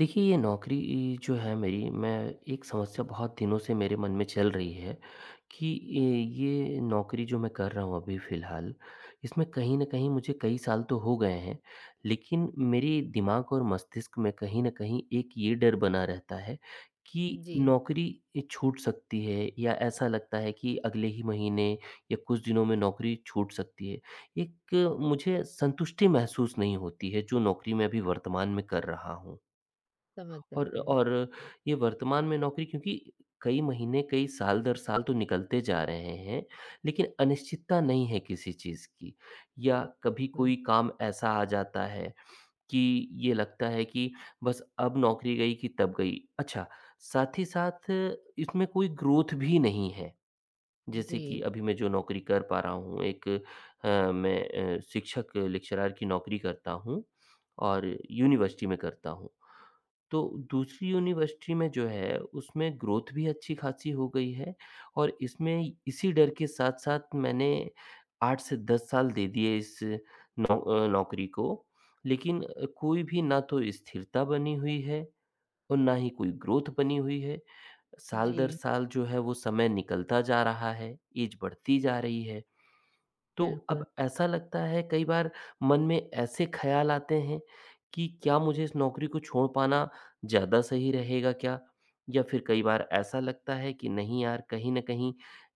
देखिए, ये नौकरी जो है मेरी, मैं एक समस्या बहुत दिनों से मेरे मन में चल रही है कि ये ये नौकरी जो मैं कर रहा हूँ अभी फ़िलहाल, इसमें कहीं न कहीं मुझे कई साल तो हो गए हैं, लेकिन मेरे दिमाग और मस्तिष्क में कहीं न कहीं एक ये डर बना रहता है कि जी, नौकरी ये छूट सकती है, या ऐसा लगता है कि अगले ही महीने या कुछ दिनों में नौकरी छूट सकती है। एक मुझे संतुष्टि महसूस नहीं होती है, जो नौकरी मैं अभी वर्तमान में कर रहा हूँ। समझ और सकती हूँ। और ये वर्तमान में नौकरी, क्योंकि कई महीने, कई साल दर साल तो निकलते जा रहे हैं, लेकिन अनिश्चितता नहीं है किसी चीज़ की। या कभी बिल्कुल, कोई काम ऐसा आ जाता है कि ये लगता है कि बस अब नौकरी गई कि तब गई। अच्छा, साथ ही साथ इसमें कोई ग्रोथ भी नहीं है। जैसे कि जी, अभी मैं जो नौकरी कर पा रहा हूँ, एक मैं शिक्षक लेक्चरर की नौकरी करता हूँ और यूनिवर्सिटी में करता हूँ। तो दूसरी यूनिवर्सिटी में जो है, उसमें ग्रोथ भी अच्छी खासी हो गई है और इसमें इसी डर के साथ-साथ मैंने 8 से 10 साल दे दिए इस नौकरी को। लेकिन कोई भी ना तो स्थिरता बनी हुई है और ना ही कोई ग्रोथ बनी हुई है। साल दर जी, साल जो है वो समय निकलता जा रहा है, ऐज बढ़ती जा रही है। तो बिल्कुल, अब ऐसा लगता है कई बार मन में ऐसे ख़्याल आते हैं कि क्या मुझे इस नौकरी को छोड़ पाना ज़्यादा सही रहेगा क्या? या फिर कई बार ऐसा लगता है कि नहीं यार, कहीं न कहीं,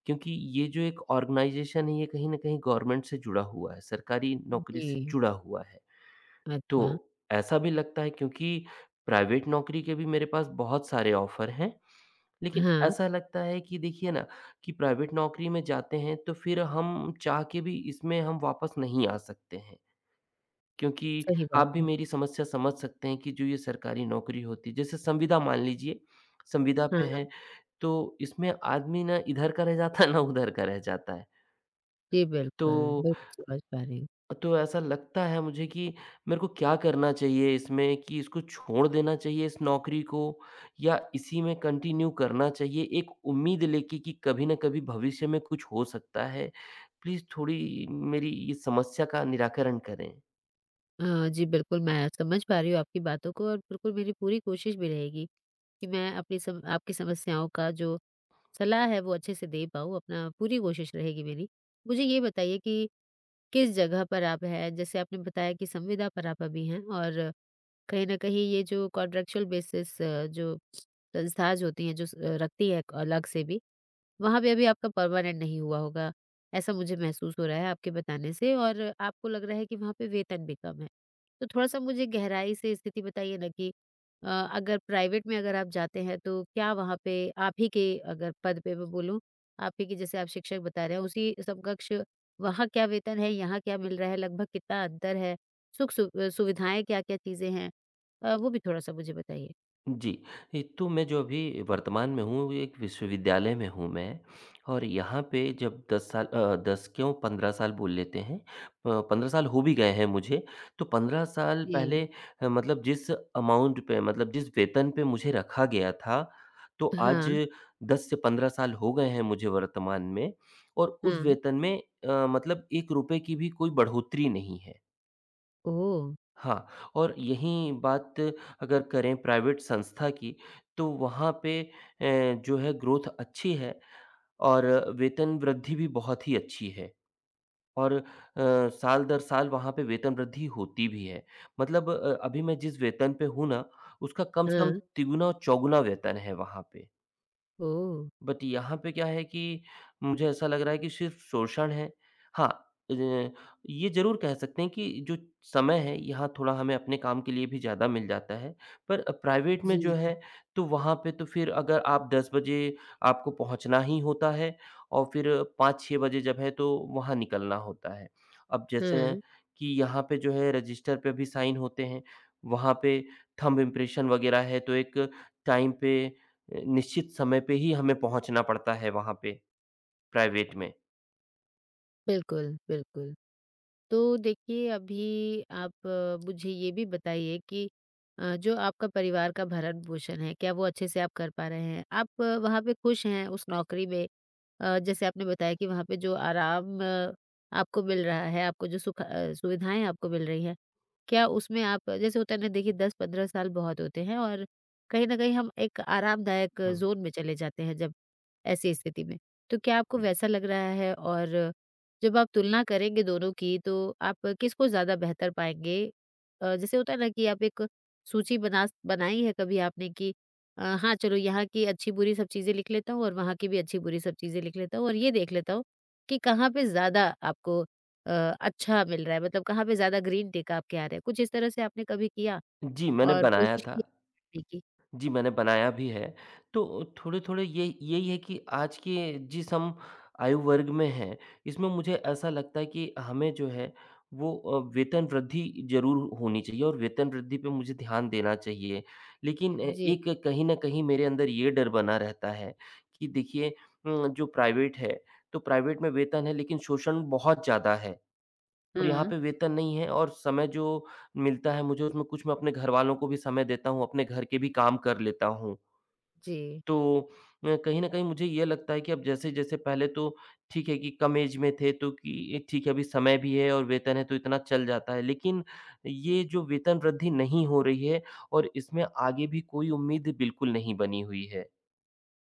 क्योंकि ये जो एक ऑर्गनाइज़ेशन है ये कहीं न कहीं गवर्नमेंट से जुड़ा हुआ है, सरकारी नौकरी से जी। जुड़ा हुआ है। तो अच्छा, ऐसा भी लगता है, क्योंकि प्राइवेट नौकरी के भी मेरे पास बहुत सारे ऑफ़र हैं। लेकिन हाँ, ऐसा लगता है कि देखिए ना, कि प्राइवेट नौकरी में जाते हैं तो फिर हम चाह के भी इसमें हम वापस नहीं आ सकते हैं। क्योंकि सही बात आप भी है। मेरी समस्या समझ सकते हैं कि जो ये सरकारी नौकरी होती है, जैसे संविदा, मान लीजिए, संविदा हाँ, पे हाँ, है, तो इसमें आदमी ना इधर का रह जाता है ना उधर का रह जाता है। जी, तो बिल्कुल, बिल्कुल समझ पा रही हूँ। तो ऐसा लगता है मुझे कि मेरे को क्या करना चाहिए इसमें, कि इसको छोड़ देना चाहिए इस नौकरी को, या इसी में कंटिन्यू करना चाहिए एक उम्मीद लेके कि कभी ना कभी भविष्य में कुछ हो सकता है। प्लीज़ थोड़ी मेरी इस समस्या का निराकरण करें। जी, बिल्कुल मैं समझ पा रही हूँ आपकी बातों को और बिल्कुल मेरी पूरी कोशिश भी रहेगी कि मैं अपनी सम आपकी समस्याओं का जो सलाह है वो अच्छे से दे पाऊँ, अपना पूरी कोशिश रहेगी मेरी। मुझे ये बताइए कि किस जगह पर आप हैं? जैसे आपने बताया कि संविदा पर आप अभी हैं और कहीं न कहीं ये जो कॉन्ट्रैक्चुअल बेसिस जो संस्थाएँ जो होती हैं, जो स रखती है अलग से भी, वहाँ पे अभी आपका परमानेंट नहीं हुआ होगा, ऐसा मुझे महसूस हो रहा है आपके बताने से और आपको लग रहा है कि वहाँ पे वेतन भी कम है। तो थोड़ा-सा मुझे गहराई से स्थिति बताइए ना कि अ, अगर प्राइवेट में अगर आप जाते हैं तो क्या वहाँ पे आप ही के अगर पद पे मैं बोलूँ, आप ही के जैसे आप शिक्षक बता रहे हैं उसी समकक्ष वहाँ क्या वेतन है, यहाँ क्या मिल रहा है, लगभग कितना अंतर है? सुख सुविधाएँ क्या-क्या चीज़ें हैं? वो भी थोड़ा-सा मुझे बताइए। जी, ये तो मैं जो अभी वर्तमान में हूँ, एक विश्वविद्यालय में हूँ मैं, और यहाँ पे जब 10 साल 10 क्यों, 15 साल बोल लेते हैं। 15 साल हो भी गए हैं मुझे, तो 15 साल जी। पहले मतलब जिस अमाउंट पे, मतलब जिस वेतन पे मुझे रखा गया था, तो हाँ, आज 10 से 15 साल हो गए हैं मुझे वर्तमान में, और उस हाँ। वेतन में मतलब ₹1 की भी कोई बढ़ोतरी नहीं है। ओह! हाँ, और यहीं बात अगर करें प्राइवेट संस्था की, तो वहाँ पे जो है ग्रोथ अच्छी है और वेतन वृद्धि भी बहुत ही अच्छी है और साल दर साल वहाँ पे वेतन वृद्धि होती भी है। मतलब अभी मैं जिस वेतन पे हूँ ना, उसका कम से कम हाँ। तिगुना और चौगुना वेतन है वहाँ पे। ओह! बट यहाँ पे क्या है कि मुझे ऐसा लग रहा है कि सिर्फ़ शोषण है। हाँ, अ, ये ज़रूर कह सकते हैं कि जो समय है यहाँ, थोड़ा हमें अपने काम के लिए भी ज़्यादा मिल जाता है। पर प्राइवेट में जो जी, है, तो वहाँ पे तो फिर अगर आप 10 बजे, आपको पहुँचना ही होता है, और फिर 5-6 बजे जब है तो वहाँ निकलना होता है। अब जैसे हुँ, कि यहाँ पे जो है रजिस्टर पे भी साइन होते हैं, वहाँ पे थंब इम्प्रेशन वग़ैरह है, तो एक टाइम पे निश्चित समय पे ही हमें पहुँचना पड़ता है वहाँ पे प्राइवेट में। बिल्कुल, बिल्कुल। तो देखिए अभी आप मुझे ये भी बताइए कि जो आपका परिवार का भरण-पोषण है, क्या वो अच्छे से आप कर पा रहे हैं? आप वहाँ पे खुश हैं उस नौकरी में? जैसे आपने बताया कि वहाँ पे जो आराम आपको मिल रहा है, आपको जो सुख सुविधाएँ आपको मिल रही हैं, क्या उसमें आप जैसे होता है ना, देखिए 10-15 साल बहुत होते हैं और कहीं न कहीं हम एक आरामदायक हुँ। ज़ोन में चले जाते हैं जब ऐसी स्थिति में। तो क्या आपको वैसा लग रहा है और जब आप तुलना करेंगे दोनों की तो आप किसको ज़्यादा बेहतर पाएँगे? जैसे होता है ना कि आप एक सूची बनाई है कभी आपने कि हाँ, चलो यहाँ की अच्छी-बुरी सब चीज़ें लिख लेता हूँ और वहाँ की भी अच्छी-बुरी सब चीज़ें लिख लेता हूँ और ये देख लेता हूँ कि कहाँ पे ज़्यादा आपको अच्छा मिल रहा है? मतलब कहाँ पे ज़्यादा ग्रीन टिक आपके आ रहे हैं? कुछ इस तरह से आपने कभी किया जी, मैंने और बनाया कोशिश की था। करने की? जी, मैंने बनाया भी है। तो थोड़े-थोड़े ये यही है कि आज के जिस हम आयु वर्ग में हैं, इसमें मुझे ऐसा लगता है कि हमें जो है वो वेतन वृद्धि ज़रूर होनी चाहिए और वेतन वृद्धि पे मुझे ध्यान देना चाहिए। लेकिन जी, एक कहीं न कहीं मेरे अंदर ये डर बना रहता है कि देखिए, जो प्राइवेट है, तो प्राइवेट में वेतन है लेकिन शोषण बहुत ज़्यादा है। और यहाँ हाँ, पे वेतन नहीं है और समय जो मिलता है मुझे, उसमें कुछ मैं अपने घरवालों को भी समय देता हूँ, अपने घर के भी काम कर लेता हूँ। जी, तो कहीं न कहीं मुझे ये लगता है कि अब जैसे-जैसे, पहले तो ठीक है कि कम एज में थे तो कि ठीक है, अभी समय भी है और वेतन है तो इतना चल जाता है। लेकिन ये जो वेतन वृद्धि नहीं हो रही है, और इसमें आगे भी कोई उम्मीद बिल्कुल नहीं बनी हुई है,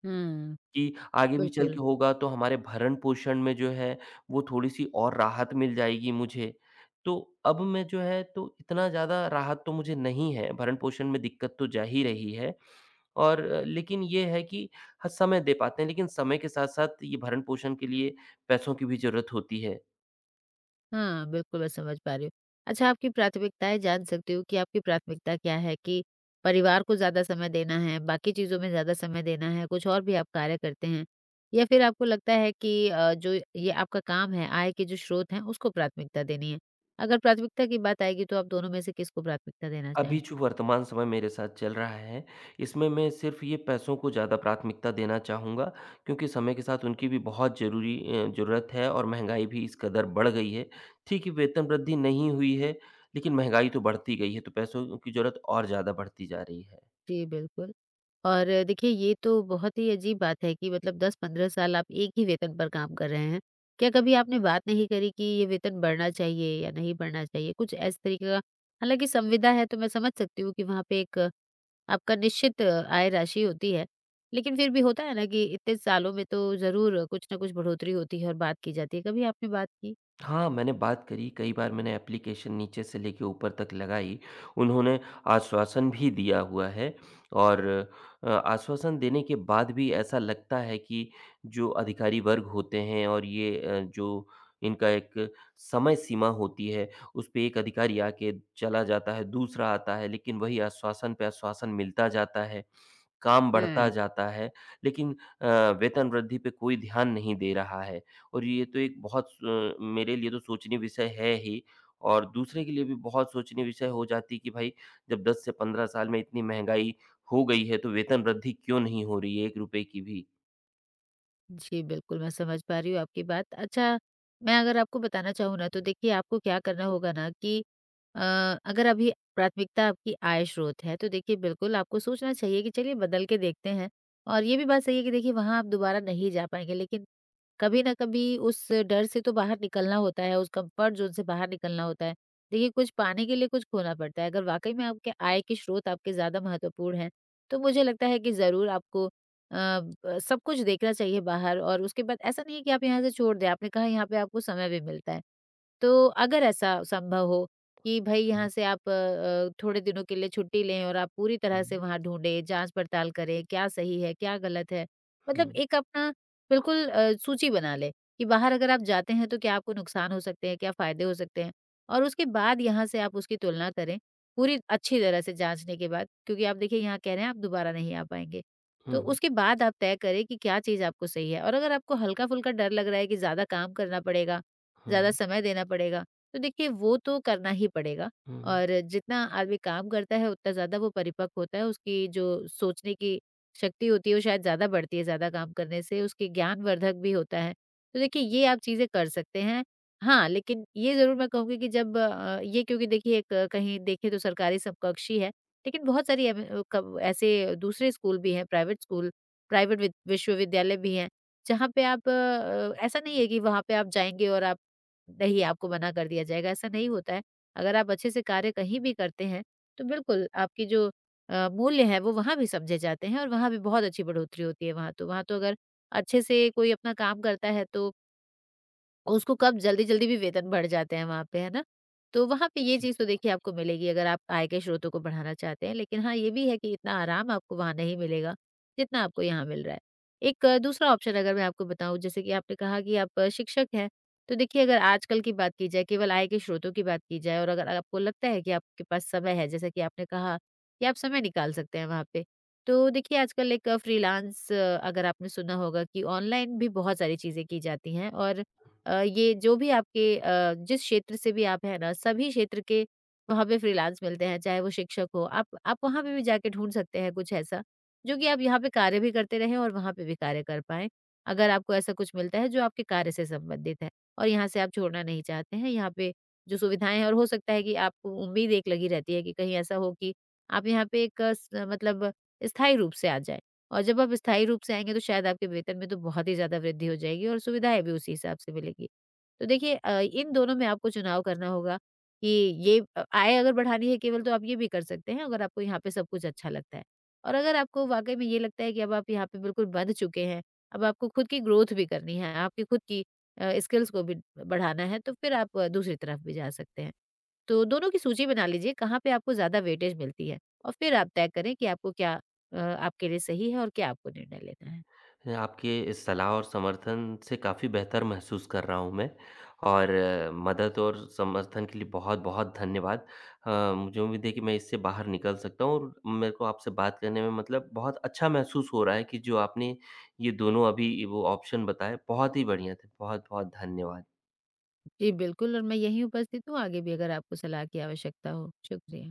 हुँ, कि आगे भी चल बिल्कुल। के होगा तो हमारे भरण-पोषण में जो है वो थोड़ी-सी और राहत मिल जाएगी मुझे। तो अब मैं जो है तो इतना ज़्यादा राहत तो मुझे नहीं है, भरण-पोषण में दिक्कत तो जा ही रही है, और लेकिन ये है कि ह समय दे पाते हैं, लेकिन समय के साथ-साथ ये भरण-पोषण के लिए पैसों की भी ज़रूरत होती है। हाँ, बिल्कुल मैं समझ पा रही हूँ। अच्छा, आपकी प्राथमिकताएँ जान सकती हूँ कि आपकी प्राथमिकता क्या है कि परिवार को ज़्यादा समय देना है, बाकी चीज़ों में ज़्यादा समय देना है, कुछ और भी आप कार्य करते हैं? या फिर आपको लगता है कि जो ये आपका काम है, आय के जो स्रोत हैं उसको प्राथमिकता देनी है? अगर प्राथमिकता की बात आएगी तो आप दोनों में से किसको प्राथमिकता देना अभी चाहेंगे? जो वर्तमान समय मेरे साथ चल रहा है, इसमें मैं सिर्फ़ ये पैसों को ज़्यादा प्राथमिकता देना चाहूँगा, क्योंकि समय के साथ उनकी भी बहुत ज़रूरी ज़रूरत है और महँगाई भी इस कदर बढ़ गई है। ठीक है, वेतन वृद्धि नहीं हुई है, लेकिन महँगाई तो बढ़ती गई है, तो पैसों की ज़रूरत और ज़्यादा बढ़ती जा रही है। जी, बिल्कुल। और देखिए, ये तो बहुत ही अजीब बात है कि मतलब 10-15 साल आप एक ही वेतन पर काम कर रहे हैं। क्या कभी आपने बात नहीं करी कि ये वेतन बढ़ना चाहिए या नहीं बढ़ना चाहिए? कुछ इस तरीके का, हालाँकि संविदा है तो मैं समझ सकती हूँ कि वहाँ पे एक आपका निश्चित आय राशि होती है। लेकिन फिर भी होता है ना कि इतने सालों में तो ज़रूर कुछ ना कुछ बढ़ोतरी होती है और बात की जाती है। कभी आपने बात की? हाँ, मैंने बात करी, कई बार मैंने एप्लीकेशन नीचे से लेके ऊपर तक लगाई। उन्होंने आश्वासन भी दिया हुआ है, और आश्वासन देने के बाद भी ऐसा लगता है कि जो अधिकारी वर्ग होते हैं, और ये जो इनका एक समय सीमा होती है, उस पे एक अधिकारी आके चला जाता है, दूसरा आता है, लेकिन वही आश्वासन पे आश्वासन मिलता जाता है। काम बढ़ता हुँ। जाता है, लेकिन अ, वेतन वृद्धि पे कोई ध्यान नहीं दे रहा है, और ये तो एक बहुत स मेरे लिए तो सोचनीय विषय है ही, और दूसरे के लिए भी बहुत सोचनीय विषय हो जाती कि भाई, जब 10 से 15 साल में इतनी महँगाई हो गई है, तो वेतन वृद्धि क्यों नहीं हो रही है, ₹1 की भी? जी, बिल्कुल, मैं समझ पा रही हूँ आपकी बात। अच्छा, मैं अगर आपको बताना चाहूँ ना, तो देखिए, आपको क्या करना होगा ना कि अ, अगर अभी प्राथमिकता आपकी आय स्रोत है, तो देखिए, बिल्कुल आपको सोचना चाहिए कि चलिए, बदल के देखते हैं। और ये भी बात सही है कि देखिए, वहाँ आप दोबारा नहीं जा पाएँगे, लेकिन कभी ना कभी उस डर से तो बाहर निकलना होता है, उस कम्फर्ट ज़ोन से बाहर निकलना होता है। देखिए, कुछ पाने के लिए कुछ खोना पड़ता है। अगर वाक़ई में आपके आय के स्रोत आपके ज़्यादा महत्वपूर्ण हैं, तो मुझे लगता है कि ज़रूर आपको अ, ब सब कुछ देखना चाहिए बाहर और उसके बाद ऐसा नहीं है कि आप यहाँ से छोड़ दें। आपने कहा यहाँ पे आपको समय भी मिलता है। तो अगर ऐसा संभव हो कि भई हुँ, यहाँ से आप थोड़े दिनों के लिए छुट्टी लें और आप पूरी तरह से हुँ, वहाँ ढूँढें, जाँच-पड़ताल करें, क्या सही है, क्या गलत है। मतलब एक अपना बिल्कुल सूची बना लें कि बाहर अगर आप जाते हैं तो क्या आपको नुकसान हो सकते हैं, क्या फ़ायदे हो सकते हैं और उसके बाद यहाँ से आप उसकी तुलना करें, पूरी अच्छी तरह से जाँचने के बाद क्योंकि आप देखिए यहाँ कह रहे हैं आप दोबारा नहीं आ पाएँगे। तो हुँ, उसके बाद आप तय करें कि क्या चीज़ आपको सही है और अगर आपको हल्का-फुल्का डर लग रहा है कि ज़्यादा काम करना पड़ेगा, ज़्यादा हुँ, समय देना पड़ेगा, तो देखिए वो तो करना ही पड़ेगा हुँ, हुँ। और जितना आदमी काम करता है उतना ज़्यादा वो परिपक्व होता है, उसकी जो सोचने की शक्ति होती है वो शायद ज़्यादा बढ़ती है ज़्यादा काम करने से, उसके ज्ञानवर्धक भी होता है। तो देखिए, ये आप चीज़ें कर सकते हैं। हाँ, लेकिन ये ज़रूर मैं कहूँगी कि जब ये क्योंकि देखिए एक कहीं देखें तो सरकारी समकक्षी है, लेकिन बहुत सारी कब ऐसे दूसरे स्कूल भी हैं, प्राइवेट स्कूल, प्राइवेट विद विश्वविद्यालय भी हैं, जहाँ पे आप ऐसा नहीं है कि वहाँ पे आप जाएँगे और आप नहीं आपको मना कर दिया जाएगा, ऐसा नहीं होता है। अगर आप अच्छे से कार्य कहीं भी करते हैं, तो बिल्कुल आपकी जो मूल्य हैं वो वहाँ भी समझे जाते हैं और वहाँ भी बहुत अच्छी बढ़ोतरी होती है वहाँ तो। वहाँ तो अगर अच्छे से कोई अपना काम करता है तो उसको कब जल्दी-जल्दी भी वेतन बढ़ जाते हैं वहाँ पे, है ना? तो वहाँ पे ये चीज़ तो देखिए आपको मिलेगी अगर आप आय के स्रोतों को बढ़ाना चाहते हैं, लेकिन हाँ, ये भी है कि इतना आराम आपको वहाँ नहीं मिलेगा, जितना आपको यहाँ मिल रहा है। एक दूसरा ऑप्शन अगर मैं आपको बताऊँ, जैसे कि आपने कहा कि आप शिक्षक हैं, तो देखिए अगर आजकल की बात की जाए, केवल आय के स्रोतों की बात की जाए और अगर आपको लगता है कि आपके पास समय है, जैसा कि आपने कहा कि आप समय निकाल सकते हैं वहाँ पे, तो देखिए आजकल एक फ्रीलांस अगर आपने सुना होगा कि ऑनलाइन भी बहुत सारी चीज़ें की जाती हैं और ये जो भी आपके जिस क्षेत्र से भी आप हैं ना, सभी क्षेत्र के वहाँ पे फ्रीलांस मिलते हैं, चाहे वो शिक्षक हो। आप वहाँ पे भी जाके ढूँढ सकते हैं कुछ ऐसा, जो कि आप यहाँ पे कार्य भी करते रहें और वहाँ पे भी कार्य कर पाएँ। अगर आपको ऐसा कुछ मिलता है जो आपके कार्य से संबंधित है और यहाँ से आप छोड़ना नहीं चाहते हैं, यहाँ पे जो सुविधाएँ हैं और हो सकता है कि आपको उम्मीद एक लगी रहती है कि कहीं ऐसा हो कि आप यहाँ पे एक अ, स मतलब स्थायी रूप से आ जाएँ। और जब आप स्थायी रूप से आएँगे तो शायद आपके वेतन में तो बहुत ही ज़्यादा वृद्धि हो जाएगी और सुविधाएँ भी उसी हिसाब से मिलेंगी। तो देखिए इन दोनों में आपको चुनाव करना होगा कि ये आय अगर बढ़ानी है केवल, तो आप ये भी कर सकते हैं अगर आपको यहाँ पे सब कुछ अच्छा लगता है। और अगर आपको वाक़ई में ये लगता है कि अब आप यहाँ पे बिल्कुल बँध चुके हैं, अब आपको खुद की ग्रोथ भी करनी है, आपकी खुद की स्किल्स को भी बढ़ाना है, तो फिर आप दूसरी तरफ भी जा सकते हैं। तो दोनों की सूची बना लीजिए कहाँ पे आपको ज़्यादा वेटेज मिलती है और फिर आप तय करें कि आपको क्या आपके लिए सही है और क्या आपको निर्णय लेना है। आपके इस सलाह और समर्थन से काफ़ी बेहतर महसूस कर रहा हूँ मैं, और मदद और समर्थन के लिए बहुत-बहुत धन्यवाद। मुझे उम्मीद है कि मैं इससे बाहर निकल सकता हूँ, और मेरे को आपसे बात करने में मतलब बहुत अच्छा महसूस हो रहा है कि जो आपने ये दोनों अभी वो ऑप्शन बताए, बहुत ही बढ़िया थे। बहुत-बहुत धन्यवाद। जी बिल्कुल। और मैं यहीं उपस्थित हूँ, आगे भी अगर आपको सलाह की आवश्यकता हो। शुक्रिया।